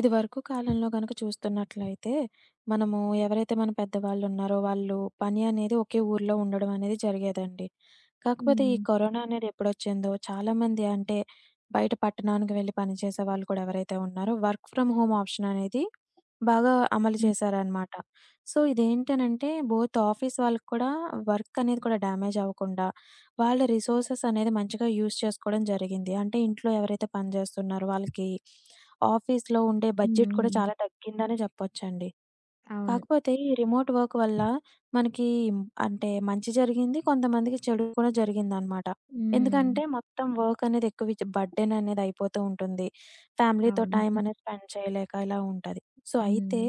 ఇదివరకు కాలంలో గనక చూస్తున్నట్లయితే, మనము ఎవరైతే మన పెద్దవాళ్ళున్నారో, వాళ్ళు పని అనేది ఒకే ఊర్లో ఉండడం అనేది జరిగేదండి. కాకపోతే ఈ హ్మ్. కరోనా అనేది ఎప్పుడొచ్చిందో చాలామంది అంటే బయట పట్టణానికి వెళ్ళి పనిచేసే వాళ్ళు కూడా ఎవరైతే ఉన్నారో వర్క్ ఫ్రమ్ హోమ్ ఆప్షన్ అనేది బాగా అమలు హ్మ్. చేశారనమాట. సో, ఇదేంటనంటే బోత్ ఆఫీస్ వాళ్ళకి కూడా వర్క్ అనేది కూడా డ్యామేజ్ అవ్వకుండా వాళ్ళ రిసోర్సెస్ అనేది మంచిగా యూజ్ చేసుకోవడం జరిగింది. అంటే ఇంట్లో ఎవరైతే పనిచేస్తున్నారో వాళ్ళకి ఆఫీస్‌లో ఉండే హ్మ్. బడ్జెట్ కూడా హ్మ్. చాలా తగ్గిందనే చెప్పొచ్చండి. అవును. కాకపోతే ఈ రిమోట్ వర్క్ వల్ల మనకి అంటే మంచి జరిగింది. కొంతమందికి చెడు కూడా జరిగిందనమాట. హ్మ్. ఎందుకంటే మొత్తం వర్క్ అనేది ఎక్కువ బర్డెన్ అనేది అయిపోతూ ఉంటుంది. ఫ్యామిలీతో అవును. టైమ్ అనేది స్పెండ్ చేయలేక ఇలా ఉంటది. సో, అయితే హ్మ్.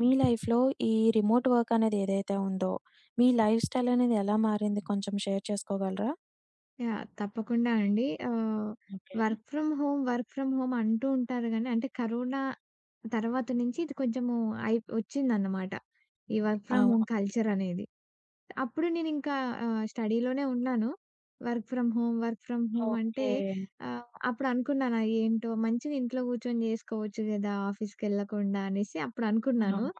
మీ లైఫ్‌లో ఈ రిమోట్ వర్క్ అనేది ఏదైతే ఉందో, మీ లైఫ్ స్టైల్ అనేది ఎలా మారింది కొంచెం షేర్ చేసుకోగలరా? యాహ్! తప్పకుండా అండి. ఆహ్, okay. Work from home, work from home అంటూ ఉంటారు గానీ, అంటే కరోనా తర్వాత నుంచి ఇది కొంచెము అయి వచ్చిందన్నమాట. ఈ వర్క్ ఫ్రమ్ అవును. హోమ్ కల్చర్ అనేది. అప్పుడు నేనింకా స్టడీలోనే ఉన్నాను. Work from home, work from home అంటే ఓకే. అప్పుడనుకున్నాను ఏంటో మంచిగా ఇంట్లో కూర్చొని చేసుకోవచ్చు గదా! ఆఫీస్‌కెళ్ళకుండా అనేసి అప్పుడనుకున్నాను. అవును.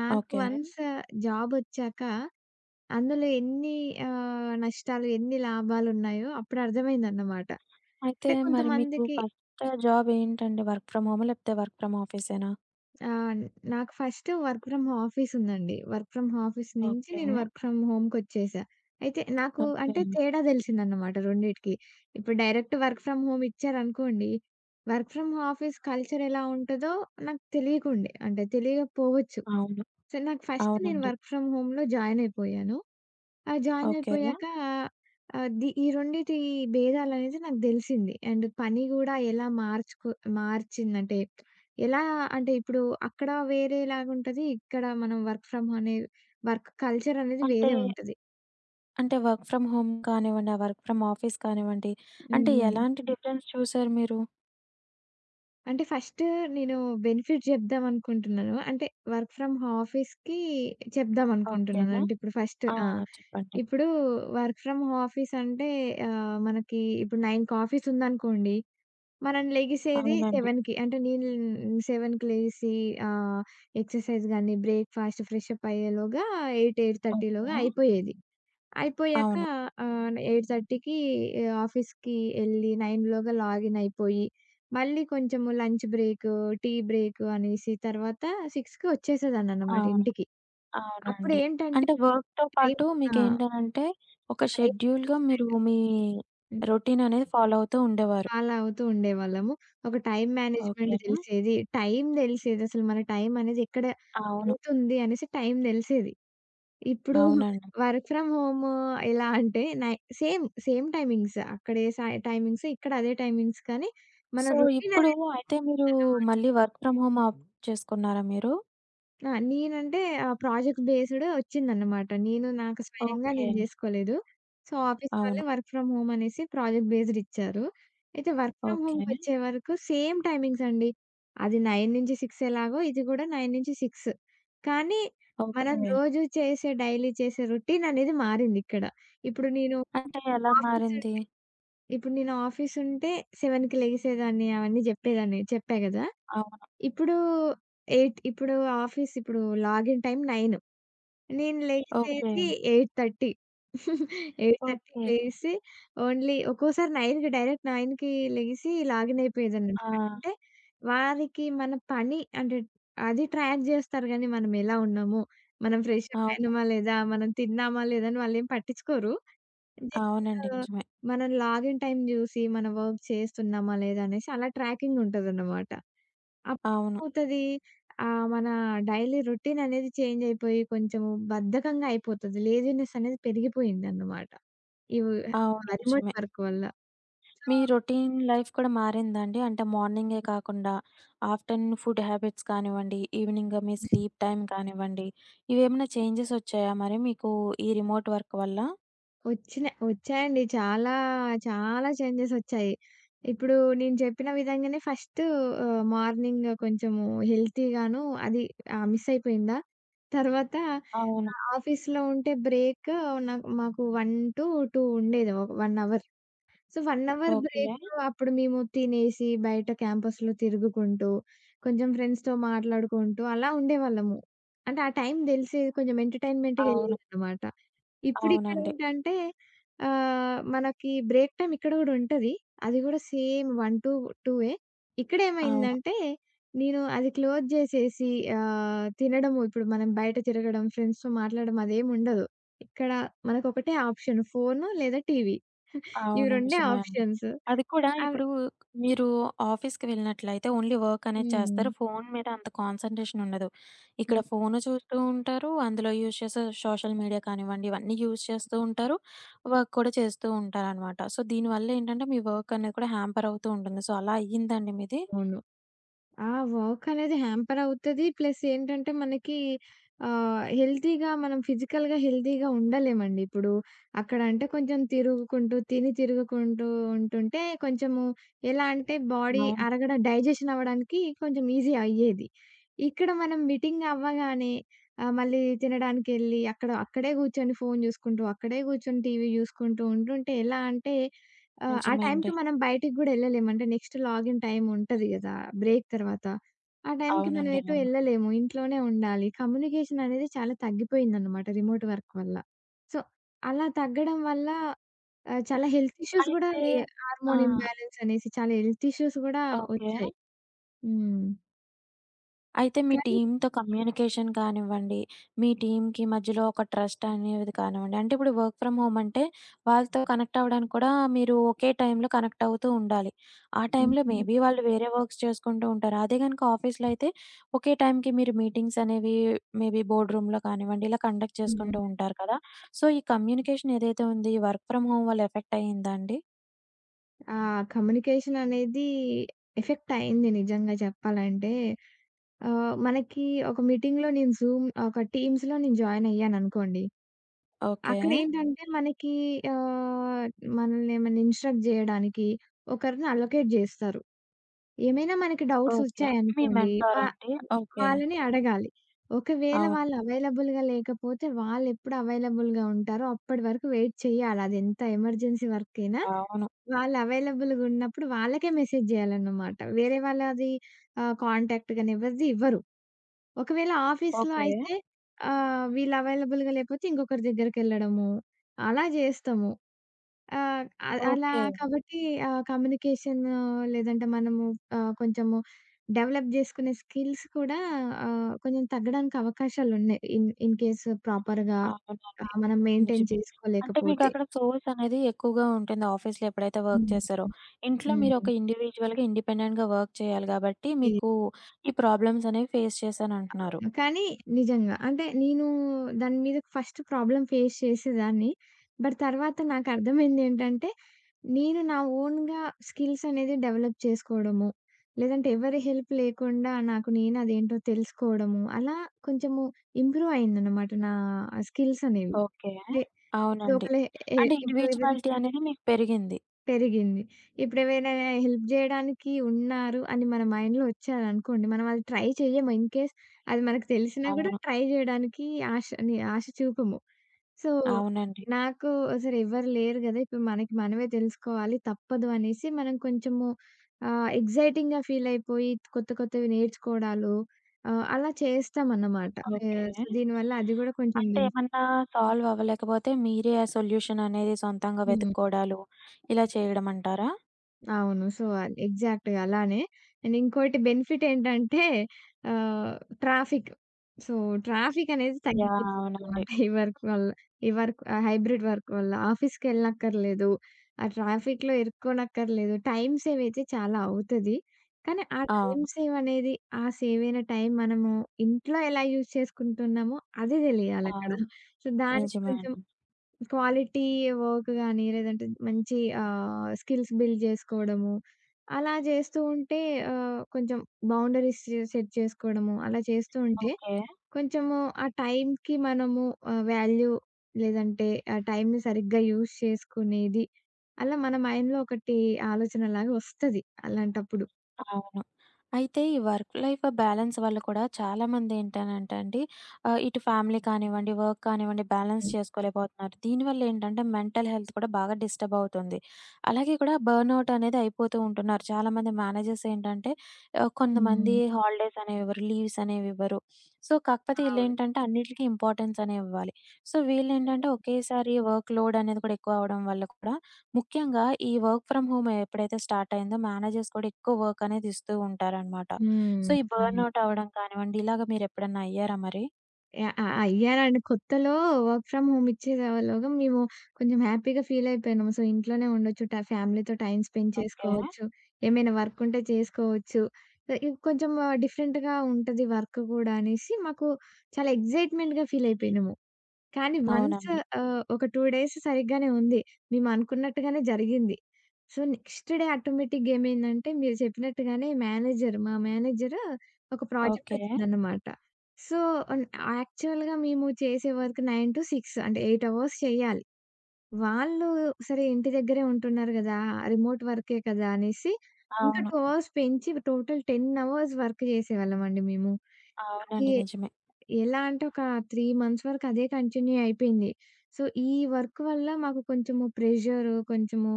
నాకు ఓకే. వన్స్ జాబొచ్చాక అందులో ఎన్ని నష్టాలు, ఎన్ని లాభాలున్నాయో అప్పుడు అర్థమైందన్నమాట. అయితే అంటే మరి మీకు కొంతమందికి ఫస్ట్ జాబ్ ఏంటండి? వర్క్ ఫ్రమ్ హోమా? లేకపోతే వర్క్ ఫ్రమ్ ఆఫీసేనా? ఆహ్, నాకు ఫస్ట్ వర్క్ ఫ్రమ్ ఆఫీస్ ఉందండి. వర్క్ ఫ్రమ్ ఆఫీస్ నుంచి ఓకే. నేను వర్క్ ఫ్రమ్ హోమ్‌కొచ్చేసా. అయితే నాకు ఓకే. అంటే తేడా తెలిసిందన్నమాట రెండిటికి. ఇప్పుడు డైరెక్ట్ వర్క్ ఫ్రమ్ హోమ్ ఇచ్చారనుకోండి, వర్క్ ఫ్రమ్ ఆఫీస్ కల్చర్ ఎలా ఉంటదో నాకు తెలియకుండే. అంటే తెలియకపోవచ్చు. అవును. సో, నాకు ఫస్ట్ నేను అవునండి. వర్క్ ఫ్రమ్ హోమ్‌లో జాయిన్ అయిపోయాను. ఆ! ఓకే. జాయినయిపోయాక ఆహ్, ది ఈ రెండిటి భేదాలనేది నాకు దెలిసింది. అండ్ పని గూడా ఎలా మార్చిందంటే, ఎలా అంటే ఇప్పుడు అక్కడ వేరేలాగుంటది. ఇక్కడ మనం వర్క్ ఫ్రమ్ హోమ్ అనే వర్క్ కల్చర్ అనేది అంటే, వేరే ఉంటది. అంటే వర్క్ ఫ్రమ్ హోమ్ కానివ్వండి, ఆ వర్క్ ఫ్రమ్ ఆఫీస్ కానివ్వండి, హ్మ్. అంటే హ్మ్. ఎలాంటి డిఫరెన్స్ చూసారు మీరు? అంటే ఫస్ట్ నేను బెనిఫిట్ జెప్దాం అనుకుంటున్నాను. అంటే వర్క్ ఫ్రమ్ ఆఫీస్‌కి చెప్దాం ఓకే. అనుకుంటున్నాను. అంటే ఇప్పుడు ఫస్ట్ ఆ! ఆ! చెప్పండి. ఇప్పుడు వర్క్ ఫ్రమ్ ఆఫీస్ అంటే మనకి ఇప్పుడు 9కి ఆఫీస్ ఉందనుకోండి, మనం లెగిసేది అవునండి. 7:00కి. అంటే నేను 7:00కి లెగిసి ఆహ్, ఎక్సర్‌సైజ్ గాని, బ్రేక్‌ఫాస్ట్, ఫ్రెషప్ అయ్యేలోగా 8, 8:30 లోగా ఓకే. అయిపోయేది. అయిపోయాక అవును. 8:30కి ఆఫీస్‌కి ఎళ్లి 9 లోగా లాగిన్ అయిపోయి, మళ్ళీ కొంచెము లంచ్ బ్రేక్, టీ బ్రేక్ అనేసి తర్వాత 6కి వచ్చేసేదాన్ననమాట అవును. ఇంటికి. అవునండి. అప్పుడేంటంటే అంటే వర్క్‌తో టైం పాటు ఆ! మీకేంటనంటే, ఒక టైం షెడ్యూల్‌గా మీరు మేనేజ్‌మెంట్. మీ రొటీన్ అనేది ఫాలో అవుతూ ఉండేవారు. అలా అవుతూ ఉండేవాళ్ళము. ఒక టైమ్ ఓకే. మేనేజ్‌మెంట్ తెలిసేది. టైమ్ తెలిసేదసలు మన టైమ్ అనేది ఎక్కడ అవును. వెళ్తుంది అనేసి టైమ్ తెలిసేది. ఇప్పుడు అవునండి. వర్క్ ఫ్రమ్ హోమ్ ఎలా అంటే సేమ్ టైమింగ్స్, అక్కడ ఏ సా టైమింగ్స్ ఇక్కడ అదే టైమింగ్స్, కానీ మన సో, రొటీన్ ఇప్పుడు అయితే మీరు అనేదన్నమాట. మళ్ళీ వర్క్ ఫ్రమ్ హోమ్ ఆప్ట్ చేసుకున్నారా మీరు? ఆ! నేనంటే ప్రాజెక్ట్ బేస్డ్ ఒచ్చిందన్నమాట. నాకు స్వయంగా ఓకే. నేను జేసుకోలేదు. సో, ఆఫీస్ వాళ్ళే అవును. వర్క్ ఫ్రమ్ హోమ్ అనేసి ప్రాజెక్ట్ బేస్డ్ ఇచ్చారు. అయితే వర్క్ ఫ్రమ్ ఓకే. హోమ్‌కొచ్చే వరకు సేమ్ టైమింగ్స్ అండి. అది 9-6 ఎలాగో ఇది గూడా 9-6, కానీ మనం ఓకే. రోజు చేసే డైలీ చేసే రొటీన్ అనేది మారిందిక్కడ. ఇప్పుడు నేను అంటే ఎలా ఆఫీసు మారింది? ఇప్పుడు నేను ఆఫీసుంటే 7కి లెగిసేదాన్ని, అవన్నీ జెప్పేదాన్ని. చెప్పా గదా! అవును. ఇప్పుడు 8 ఇప్పుడు ఆఫీస్ ఇప్పుడు లాగిన్ టైమ్ 9, నేను ఓకే. లెగిసేది 8:30 8:30కి ఓకే. లెగిసి ఓన్లీ ఒక్కోసారి 9కి లెగిసి లాగిన్ ఆ! అయిపోయేదాన్ననమాట. అంటే వారికి మన పని అంటే అది ట్రాక్ జేస్తారు గానీ, మనమెలా ఉన్నాము, మనం ఫ్రెష్ అప్ అవును. అయినమా లేదా, మనం తిన్నామా లేదా అని వాళ్ళేం పట్టించుకోరు. జస్ట్ అవునండి. నిజమే. మనం లాగిన్ టైమ్ జూసి, మన వర్క్ చేస్తున్నామా లేదా అనేసి అలా ట్రాకింగ్ ఉంటదన్నమాట. అవును. అప్పుడేమవుతది మన డైలీ రొటీన్ అనేది చేంజ్ అయిపోయి కొంచెము బద్ధకంగా అయిపోతది. లేజీనెస్ అనేది పెరిగిపోయిందన్నమాట. ఇవి అవును. ఆ రిమోట్ నిజమే. వర్క్ వల్ల. సో, మీ రొటీన్ లైఫ్ కూడా మారిందా అండి? అంటే మార్నింగే కాకుండా ఆఫ్టర్‌నూన్ ఫుడ్ హ్యాబిట్స్ కానివ్వండి, ఈవినింగ్ మీ స్లీప్ టైమ్ కానివ్వండి, ఇవేమైనా చేంజెస్ వచ్చాయా మరి మీకు ఈ రిమోట్ వర్క్ వల్ల? వచ్చాయండి. చాలా, చాలా చేంజెస్ వచ్చాయి. ఇప్పుడు నేను చెప్పిన విధంగానే ఫస్ట్ మార్నింగ్ కొంచెము హెల్తీగాను అది మిస్ అయిపోయిందా. తర్వాత అవును. ఆఫీస్‌లో ఉంటే బ్రేక్ మాకు 1-2 ఉండేది. ఒక 1 అవర్. So, 1 hour okay. బ్రేక్‌లో అప్పుడు మేము తినేసి, బయట క్యాంపస్‌లో తిరుగుకుంటూ, కొంచెం ఫ్రెండ్స్‌తో మాట్లాడుకుంటూ అలా ఉండేవాళ్ళము. అంటే ఆ టైం దెలిసేది, కొంచెం ఎంటర్‌టైన్‌మెంట్‌గా అవును. యెళ్ళేదనమాట. అవునండి. ఇప్పుడిక్కడేంటంటే మనకి బ్రేక్ టైమ్ ఇక్కడ గూడా ఉంటది. అది గూడా సేమ్ 1-2ఏ. అవును. ఇక్కడేమైందంటే, నేను అది క్లోజ్ జేసేసి తినడము, ఇప్పుడు మనం బయట తిరగడం, ఫ్రెండ్స్‌తో మాట్లాడడం అదేముండదు. ఇక్కడ మనకొకటే ఆప్షన్, ఫోను లేదా టీవీ. ఇవి అవును. రెండే నిజమే అండి. ఆప్షన్స్. అది కూడా అవి ఇప్పుడు మీరు ఆఫీస్‌కి వెళ్ళినట్లయితే ఓన్లీ వర్క్ అనేది హ్మ్. చేస్తారు. ఫోను మీద అంత కాన్సంట్రేషన్ ఉండదు. ఇక్కడ హ్మ్. ఫోను చూస్తూ ఉంటారు. అందులో యూజ్ చేసే సోషల్ మీడియా కానివ్వండి, ఇవన్నీ యూజ్ చేస్తూ ఉంటారు. వర్క్ కూడా చేస్తూ ఉంటారనమాట. సో, దీనివల్ల ఏంటంటే మీ వర్క్ అనేది కూడా హ్యాంపర్ అవుతూ ఉంటుంది. సో, అలా అయ్యిందండి మీది? అవును. ఆ వర్క్ అనేది హ్యాంపర్ అవుతది. ప్లస్ ఏంటంటే మనకి ఆహ్, హెల్తీగా మనం ఫిజికల్‌గా హెల్తీగా ఉండలేమండి. ఇప్పుడు అక్కడ అంటే కొంచెం తిరుగుకుంటూ, తిని తిరుగుకుంటూ ఉంటుంటే కొంచెము ఎలా అంటే బాడీ అవును. అరగడం, డైజెషన్ అవ్వడానికి కొంచెం ఈజీ అయ్యేది. ఇక్కడ మనం మీటింగ్ అవ్వగానే మళ్ళీ తినడానికెళ్ళి అక్కడే కూర్చొని ఫోను చూసుకుంటూ, అక్కడే కూర్చొని టీవీ చూసుకుంటూ ఉంటుంటే ఎలా అంటే ఆ! ఆ నిజమే అండి. టైంకి మనం బయటికి గూడా ఎళ్ళలేము. అంటే నెక్స్ట్ లాగిన్ టైమ్ ఉంటది గదా! బ్రేక్ తర్వాత. ఆ టైంకి మనం అవునండి. ఎటు అవును. ఎళ్ళలేము. ఇంట్లోనే ఉండాలి. కమ్యూనికేషన్ అనేది చాలా తగ్గిపోయిందనమాట రిమోట్ వర్క్ వల్ల. సో, అలా తగ్గడం వల్ల చాలా హెల్త్ ఇష్యూస్ గూడా అయితే ఎ ఆ! హార్మోన్ ఇంబాలెన్స్ అనేసి చాలా హెల్త్ ఇష్యూస్ గూడా ఓకే. వచ్చాయి. హ్మ్. అయితే మీ కానీ టీమ్‌తో కమ్యూనికేషన్ కానివ్వండి, మీ టీమ్‌కి మధ్యలో ఒక ట్రస్ట్ అనేది కానివ్వండి, అంటే ఇప్పుడు వర్క్ ఫ్రమ్ హోమ్ అంటే వాళ్ళతో కనెక్ట్ అవ్వడానికి కూడా మీరు ఒకే టైంలో కనెక్ట్ అవుతూ ఉండాలి. ఆ టైంలో హ్మ్. మేబీ వాళ్ళు వేరే వర్క్స్ చేసుకుంటూ ఉంటారు. అదే గనుక ఆఫీస్‌లో అయితే ఒకే టైంకి మీరు మీటింగ్స్ అనేవి మేబీ బోర్డ్ రూమ్‌లో కానివ్వండి, ఇలా కండక్ట్ చేసుకుంటూ హ్మ్. ఉంటారు కదా! సో, ఈ కమ్యూనికేషన్ ఏదైతే ఉంది, ఈ వర్క్ ఫ్రమ్ హోమ్ వల్ల ఎఫెక్ట్ అయిందా అండి? ఆ కమ్యూనికేషన్ అనేది ఎఫెక్ట్ అయింది నిజంగా చెప్పాలంటే. మనకి ఒక మీటింగ్‌లో నేను జూమ్ ఒక టీమ్స్‌లో నేను జాయిన్ అయ్యాననుకోండి. ఓకే. అక్కడేంటంటే మనకి ఆహ్, మనల్ని ఏమైనా ఇన్‌స్ట్రక్ట్ జేయడానికి ఒకరిని అలొకేట్ జేస్తారు. ఏమైనా మనకి డౌట్స్ ఓకే. మీ ఒచ్చాయనుకోండి, మెంటార్ అండి. ఓకే. వాళ్ళని అడగాలి. ఒకవేళ అవును. వాళ్ళు అవైలబుల్‌గా లేకపోతే వాళ్ళెప్పుడు అవైలబుల్‌గా ఉంటారో అప్పటి వరకు వెయిట్ చేయాలి. అదెంత ఎమర్జెన్సీ వర్క్ అయినా అవును. వాళ్ళు అవైలబుల్‌గా ఉన్నప్పుడు వాళ్ళకే మెసేజ్ జేయాలన్నమాట. వేరే వాళ్ళది కాంటాక్ట్ గాని ఎవరిది ఇవ్వరు. ఒకవేళ ఆఫీస్‌లో ఓకే. అయితే వీళ్ళు అవైలబుల్‌గా లేకపోతే ఇంకొకరి దగ్గరికెళ్ళడము అలా జేస్తాము. ఆహ్, అ అలా ఓకే. కాబట్టి కమ్యూనికేషన్ లేదంటే మనము కొంచెము డెవలప్ జేసుకునే స్కిల్స్ కూడా కొంచెం తగ్గడానికి అవకాశాలున్నాయి. ఇన్ ఇన్ కేస్ ప్రాపర్‌గా అవునండి. మనం మెయింటైన్ నిజమే. అంటే చేసుకోలేకపోతే. మీకక్కడ సోర్స్ అనేది ఎక్కువగా ఉంటుంది ఆఫీస్‌లో ఎప్పుడైతే వర్క్ హ్మ్. చేశారో. ఇంట్లో హ్మ్. మీరొక ఇండివిడ్యుయల్‌గా, ఇండిపెండెంట్‌గా వర్క్ చేయాలి గాబట్టి, మీకు ఈ ప్రాబ్లమ్స్ అనేవి ఫేస్ చేశానంటున్నారు. అవును. కానీ నిజంగా. అంటే నేను దాని మీద ఫస్ట్ ప్రాబ్లమ్ ఫేస్ చేసేదాన్ని. బట్ తర్వాత నాకర్థమైందేంటంటే, నేను నా ఓన్‌గా స్కిల్స్ అనేది డెవలప్ చేసుకోవడము, లేదంటే ఎవరి హెల్ప్ లేకుండా నాకు నేను అదేంటో తెలుసుకోవడము, అలా కొంచెము ఇంప్రూవ్ అయిందనమాట నా స్కిల్స్ అనేవి. ఓకే. అంటే ఇప్పుడు అవునండి. ఒకళ్ళ ఎ అంటే ఇప్పుడు ఎవరైనా ఇండివిడ్యుయాలిటీ అనేది మీకు పెరిగింది. పెరిగింది. ఇప్పుడేవైనా హెల్ప్ జేయడానికి ఉన్నారు అని మన మైండ్‌లో ఒచ్చాదనుకోండి, మనం అది ట్రై చెయ్యము. ఇన్‌కేస్ అది మనకు తెలిసినా గూడా అవును. ట్రై జేయడానికి ఆశ చూపము. సో, అవునండి. నాకు అసలు ఎవ్వరు లేరు గదా! ఇప్పుడు మనకి మనమే తెలుసుకోవాలి తప్పదు అనేసి మనం కొంచెము ఎక్సైటింగ్‌గా ఫీలయిపోయి కొత్త కొత్తవి నేర్చుకోవడాలు అలా చేస్తామన్నమాట. ఓకే. సో, దీనివల్ల అది గూడా కొంచెం అంటే బెనిఫిట్. ఏమన్నా సాల్వ్ అవ్వలేకపోతే మీరే ఆ సొల్యూషన్ అనేది సొంతంగా హ్మ్. వెతుక్కోవడాలు, ఇలా చేయడమంటారా? అవును. సో, అది ఎగ్జాక్ట్‌గా అలానే. అండ్ ఇంకోటి బెనిఫిట్ ఏంటంటే ఆహ్, ట్రాఫిక్. సో, ట్రాఫిక్ అనేది యాహ్! అవునండి. తగ్గిపోతుందన్నమాట ఈ వర్క్ వల్ల. హైబ్రిడ్ వర్క్ వల్ల ఆఫీస్‌కెళ్ళనక్కర్లేదు. ఆ ట్రాఫిక్‌లో ఇరుక్కోనక్కర్లేదు. టైమ్ సేవ్ అయితే చాలా అవుతది. కానీ ఆ టైమ్ అవును. సేవ్ అనేది, ఆ సేవ్ అయిన టైం మనము ఇంట్లో ఎలా యూజ్ చేసుకుంటున్నామో అది తెలియాలక్కడ. అవును. సో, దానికి నిజమే కొంచెం అండి. క్వాలిటీ వర్క్ గాని, లేదంటే మంచి స్కిల్స్ బిల్డ్ జేసుకోవడము. అలా జేస్తూ ఉంటే కొంచెం బౌండరీస్ సెట్ చేసుకోవడము. అలా చేస్తూ ఉంటే ఓకే. కొంచెము ఆ టైంకి మనము వాల్యూ లేదంటే ఆ టైంని సరిగ్గా యూజ్ చేసుకునేది. అలా మన మైండ్‌లో ఒకటి ఆలోచనలాగా వస్తది అలాంటప్పుడు. అవును. అయితే ఈ వర్క్ లైఫ్ బ్యాలెన్స్ వల్ల కూడా చాలామంది ఏంటనంటే అండి ఇటు ఫ్యామిలీ కానివ్వండి, వర్క్ కానివ్వండి బ్యాలెన్స్ హ్మ్. చేసుకోలేకపోతున్నారు. దీనివల్ల ఏంటంటే మెంటల్ హెల్త్ కూడా బాగా డిస్టర్బ్ అవుతుంది. అలాగే కూడా బర్న్‌ఔట్ అనేది అయిపోతూ ఉంటున్నారు. చాలామంది మేనేజర్స్ ఏంటంటే కొంతమంది హ్మ్. హాలిడేస్ అనేవి ఇవ్వరు, లీవ్స్ అనేవి ఇవ్వరు. సో, కాకపోతే అవును. ఈళ్ళేంటంటే అన్నిటికి ఇంపార్టెన్స్ అనేవి ఇవ్వాలి. సో, వీళ్ళేంటంటే హ్మ్. ఒకేసారి వర్క్ లోడ్ అనేది కూడా ఎక్కువ అవ్వడం వల్ల కూడా ముఖ్యంగా ఈ వర్క్ ఫ్రమ్ హోమ్ ఎప్పుడైతే స్టార్ట్ అయిందో మేనేజర్స్ కూడా ఎక్కువ వర్క్ అనేది ఇస్తూ ఉంటారనమాట. హ్మ్. సో, ఈ అవును. బర్న్‌ఔట్ అవ్వడం కానివ్వండి, ఇలాగ మీరెప్పుడన్నా అయ్యారా మరి? యాహ్! ఆ! అయ్యారండి. కొత్తలో వర్క్ ఫ్రమ్ హోమ్ ఇచ్చేలోగా మేము కొంచెం హ్యాపీగా ఫీల్ అయిపోయినాము. సో, ఇంట్లోనే ఉండొచ్చు. ఫ్యామిలీతో టైమ్ స్పెండ్ ఓకే. చేసుకోవచ్చు. ఏమైనా వర్క్ ఉంటే చేసుకోవచ్చు. ఆహ్, ఇ కొంచెం డిఫరెంట్‌గా ఉంటది వర్క్ కూడా అనేసి మాకు చాలా ఎక్సైట్‌మెంట్‌గా ఫీల్ అయిపోయినాము. కానీ వన్స్ అవునండి. ఒక 2 డేస్ సరిగ్గానే ఉంది. మేమనుకున్నట్టుగానే జరిగింది. సో, నెక్స్ట్ డే ఆటోమేటిక్‌గా ఏమైందంటే, మీరు చెప్పినట్టుగానే మేనేజర్ మేనేజర్ ఒక ప్రాజెక్ట్ ఓకే. వచ్చిందన్నమాట. సో, అన్ యాక్చువల్‌గా మేము చేసే వర్క్ 9-6 అంటే 8 అవర్స్ చేయాలి. వాళ్ళు, సరే ఇంటి దగ్గరే ఉంటున్నారు గదా! రిమోట్ వర్కే కదా! అనేసి ఇంకా అవును. 2 అవర్స్ పెంచి టోటల్ 10 అవర్స్ వర్క్ చేసేవాళ్ళమండి మేము. అది అవునండి. నిజమే. ఎలా అంటే ఒక 3 మంత్స్ వరకు అదే కంటిన్యూ అయిపోయింది. సో, ఈ వర్క్ వల్ల మాకు కొంచెము ప్రెషరు, కొంచెము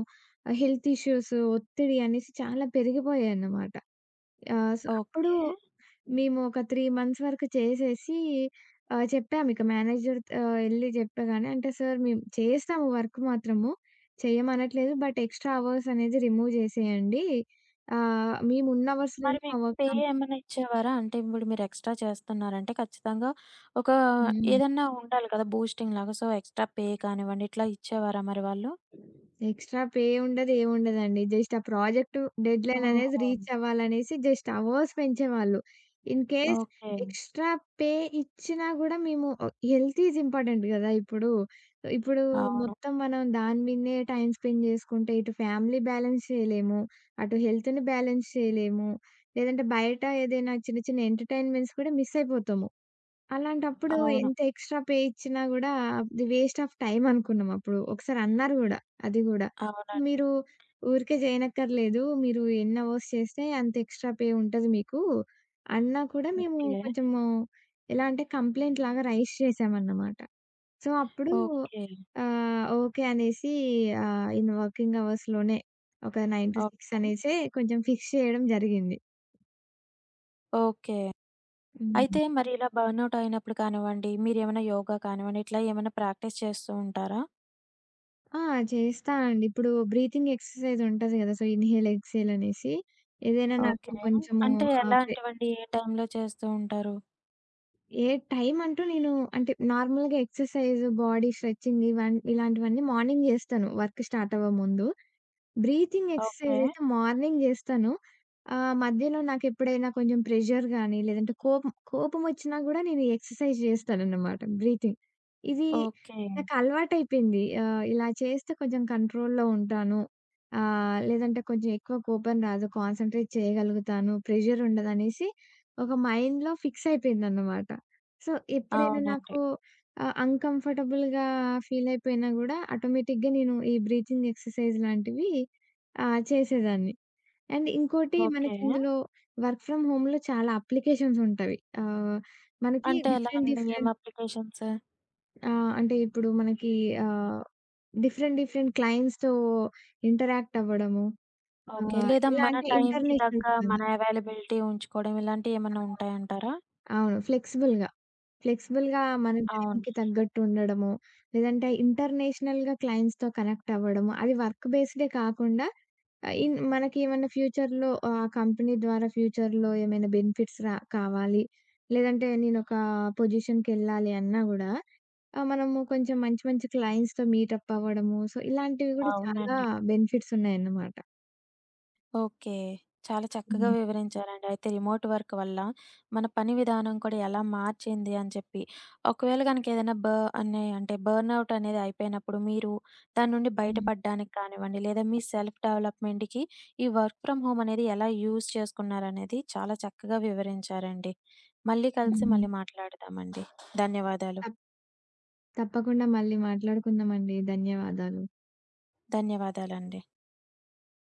హెల్త్ ఇష్యూస్, ఒత్తిడి అనేసి చాలా పెరిగిపోయాయన్నమాట. సో, అప్పుడు ఓకే. మేము ఒక 3 మంత్స్ వరకు చేసేసి చెప్పామిక మేనేజర్ ఎళ్లి చెప్పగానే, అంటే "సార్, మేము చేస్తాము వర్క్ మాత్రము. చేయమనట్లేదు. బట్ ఎక్స్‌ట్రా అవర్స్ అనేది రిమూవ్ చేసేయండి. మేము ఉన్న మరి అవర్స్‌లోనే మా మీకు వర్క్ పే కంప్లీట్." ఏమన్నా ఇచ్చేవారా? అంటే ఇప్పుడు మీరు ఎక్స్‌ట్రా చేస్తున్నారంటే ఖచ్చితంగా ఒక హ్మ్. ఏదన్నా ఉండాలి కదా! బూస్టింగ్‌లాగా. సో, ఎక్స్‌ట్రా పే కానివ్వండి, ఇట్లా ఇచ్చేవారా మరి వాళ్ళు? ఎక్స్‌ట్రా పే ఉండదు, ఏముండదండి. జస్ట్ ఆ ప్రాజెక్ట్ డెడ్‌లైన్, హ్మ్, అనేది ఓహో! రీచ్ అవ్వాలనేసి జస్ట్ అవర్స్ పెంచేవాళ్ళు. In hmm case okay. Extra pay ఇచ్చినా గూడా మేము, హెల్త్ ఈజ్ ఇంపార్టెంట్ గదా! ఇప్పుడు. ఇప్పుడు అవును. మొత్తం మనం దాని మీదనే టైమ్ స్పెండ్ జేసుకుంటే ఇటు ఫ్యామిలీ బ్యాలెన్స్ చేయలేము. అటు హెల్త్‌ని బ్యాలెన్స్ చేయలేము. లేదంటే బయట ఏదైనా చిన్న చిన్న ఎంటర్‌టైన్‌మెంట్స్ కూడా మిస్ అయిపోతాము. అలాంటప్పుడు అవును. ఎంత ఎక్స్‌ట్రా పే ఇచ్చినా గూడా అది వేస్ట్ ఆఫ్ టైమ్ అనుకున్నాం అప్పుడు. ఒకసారి అన్నారు గూడా అది గూడా. అవునండి. "మీరు ఊరికే జేయనక్కర్లేదు. మీరు ఎన్ని అవర్స్ చేస్తే అంత ఎక్స్‌ట్రా పే ఉంటది మీకు." అన్నా కూడా మేము ఓకే. కొంచెము ఎలా అంటే కంప్లెయింట్ లాగా రైజ్ చేశామన్నమాట. సో, అప్పుడు ఓకే. ఓకే అనేసి ఇన్ వర్కింగ్ అవర్స్‌లోనే ఒక 9-6 ఓకే. అనేసే కొంచెం ఫిక్స్ చేయడం జరిగింది. ఓకే. హ్మ్. అయితే మరి ఇలా బర్న్‌ఔట్ అయినప్పుడు కానివ్వండి, మీరేమైనా యోగా కానివ్వండి, ఇట్లా ఏమైనా ప్రాక్టీస్ చేస్తూ ఉంటారా? ఆ! చేస్తానండి. ఇప్పుడు బ్రీతింగ్ ఎక్సర్‌సైజ్ ఉంటది గదా! సో, ఇన్‌హేల్, ఎక్స్‌హేల్ అనేసి. ఏదైనా నాకు ఓకే. కొంచెము అంటే ఆహ్, ప్రె ఎలాంటివండి? ఏ టైంలో చేస్తూ ఉంటారు? ఏ టైం అంటూ నేను, అంటే నార్మల్‌గా ఎక్సర్‌సైజ్, బాడీ స్ట్రెచింగ్, ఇలాంటివన్నీ మార్నింగ్ జేస్తాను వర్క్ స్టార్ట్ అవ్వముందు. Breathing okay. ఎక్సర్‌సైజ్ అయితే మార్నింగ్ జేస్తాను. మధ్యలో నాకెప్పుడైనా కొంచెం ప్రెషర్ గాని, లేదంటే కోపమొచ్చినా గూడా నేను ఈ ఎక్సర్‌సైజ్ జేస్తానన్నమాట, బ్రీతింగ్. ఇది ఓకే. నాకలవాటయిపోయింది. ఇలా చేస్తే కొంచెం కంట్రోల్‌లో ఉంటాను. లేదంటే కొంచెం ఎక్కువ కోపం రాదు, కాన్సంట్రేట్ చేయగలుగుతాను, ప్రెషర్ ఉండదనేసి ఒక మైండ్‌లో ఫిక్స్ అయిపోయిందన్నమాట. సో, ఎప్పుడైనా అవునండి. నాకు అన్‌కంఫర్టబుల్‌గా ఫీలయిపోయినా గూడా ఆటోమేటిక్‌గా నేను ఈ బ్రీతింగ్ ఎక్సర్‌సైజ్ లాంటివి ఆ! చేసేదాన్ని. అండ్ ఇంకోటి ఓకే. మనకి ఇందులో వర్క్ ఫ్రమ్ హోమ్‌లో చాలా అప్లికేషన్స్ ఉంటవి. మనకి అంటే ఎలా డిఫరెంట్ అండి? ఏం డిఫరెంట్ అప్లికేషన్స్? ఆహ్, అంటే ఇప్పుడు మనకి ఆహ్, డిఫరెంట్ డిఫరెంట్ క్లయింట్స్‌తో ఇంటరాక్ట్ అవ్వడము. ఓకే. లేదా ఎలా మన అంటే టైంకి తగ్గ ఇంటర్నేషనల్ మన పరంగా. అవైలబిలిటీ ఉంచుకోవడం ఆ! ఇలాంటియేమన్నా ఉంటాయంటారా? అవును. ఫ్లెక్సిబుల్‌గా. ఫ్లెక్సిబుల్‌గా మన అవును. టైంకి తగ్గట్టు ఉండడము. లేదంటే ఇంటర్నేషనల్‌గా క్లయింట్స్‌తో కనెక్ట్ అవ్వడము. అది వర్క్ బేస్డే కాకుండా ఆహ్, ఇన్ మనకేమన్నా ఫ్యూచర్‌లో ఆ కంపెనీ ద్వారా ఫ్యూచర్‌లో ఏమైనా బెనిఫిట్స్ కావాలి. లేదంటే నేనొక పొజిషన్‌కెళ్ళాలి అన్నా గూడా మనము కొంచెం మంచి మంచి క్లయింట్స్‌తో మీటప్ అవ్వడము. సో, ఇలాంటివి గూడా చాలా అవునండి. బెనిఫిట్స్ ఉన్నాయన్నమాట. ఓకే. చాలా చక్కగా వివరించారండి. అయితే రిమోట్ వర్క్ వల్ల మన పని విధానం కూడా ఎలా మార్చింది అని చెప్పి. ఒకవేళ గనక ఏదైనా అనే అంటే బర్న్‌ఔట్ అనేది అయిపోయినప్పుడు మీరు దాని నుండి బయటపడడానికి కానివ్వండి, లేదా మీ సెల్ఫ్ డెవలప్‌మెంట్‌కి ఈ వర్క్ ఫ్రమ్ హోమ్ అనేది ఎలా యూజ్ చేసుకున్నారనేది చాలా చక్కగా వివరించారండి. మళ్ళీ కలిసి మళ్ళీ మాట్లాడదామండి. ధన్యవాదాలు. తప్ తప్పకుండా మళ్ళీ మాట్లాడుకుందామండి. ధన్యవాదాలు. ధన్యవాదాలండి.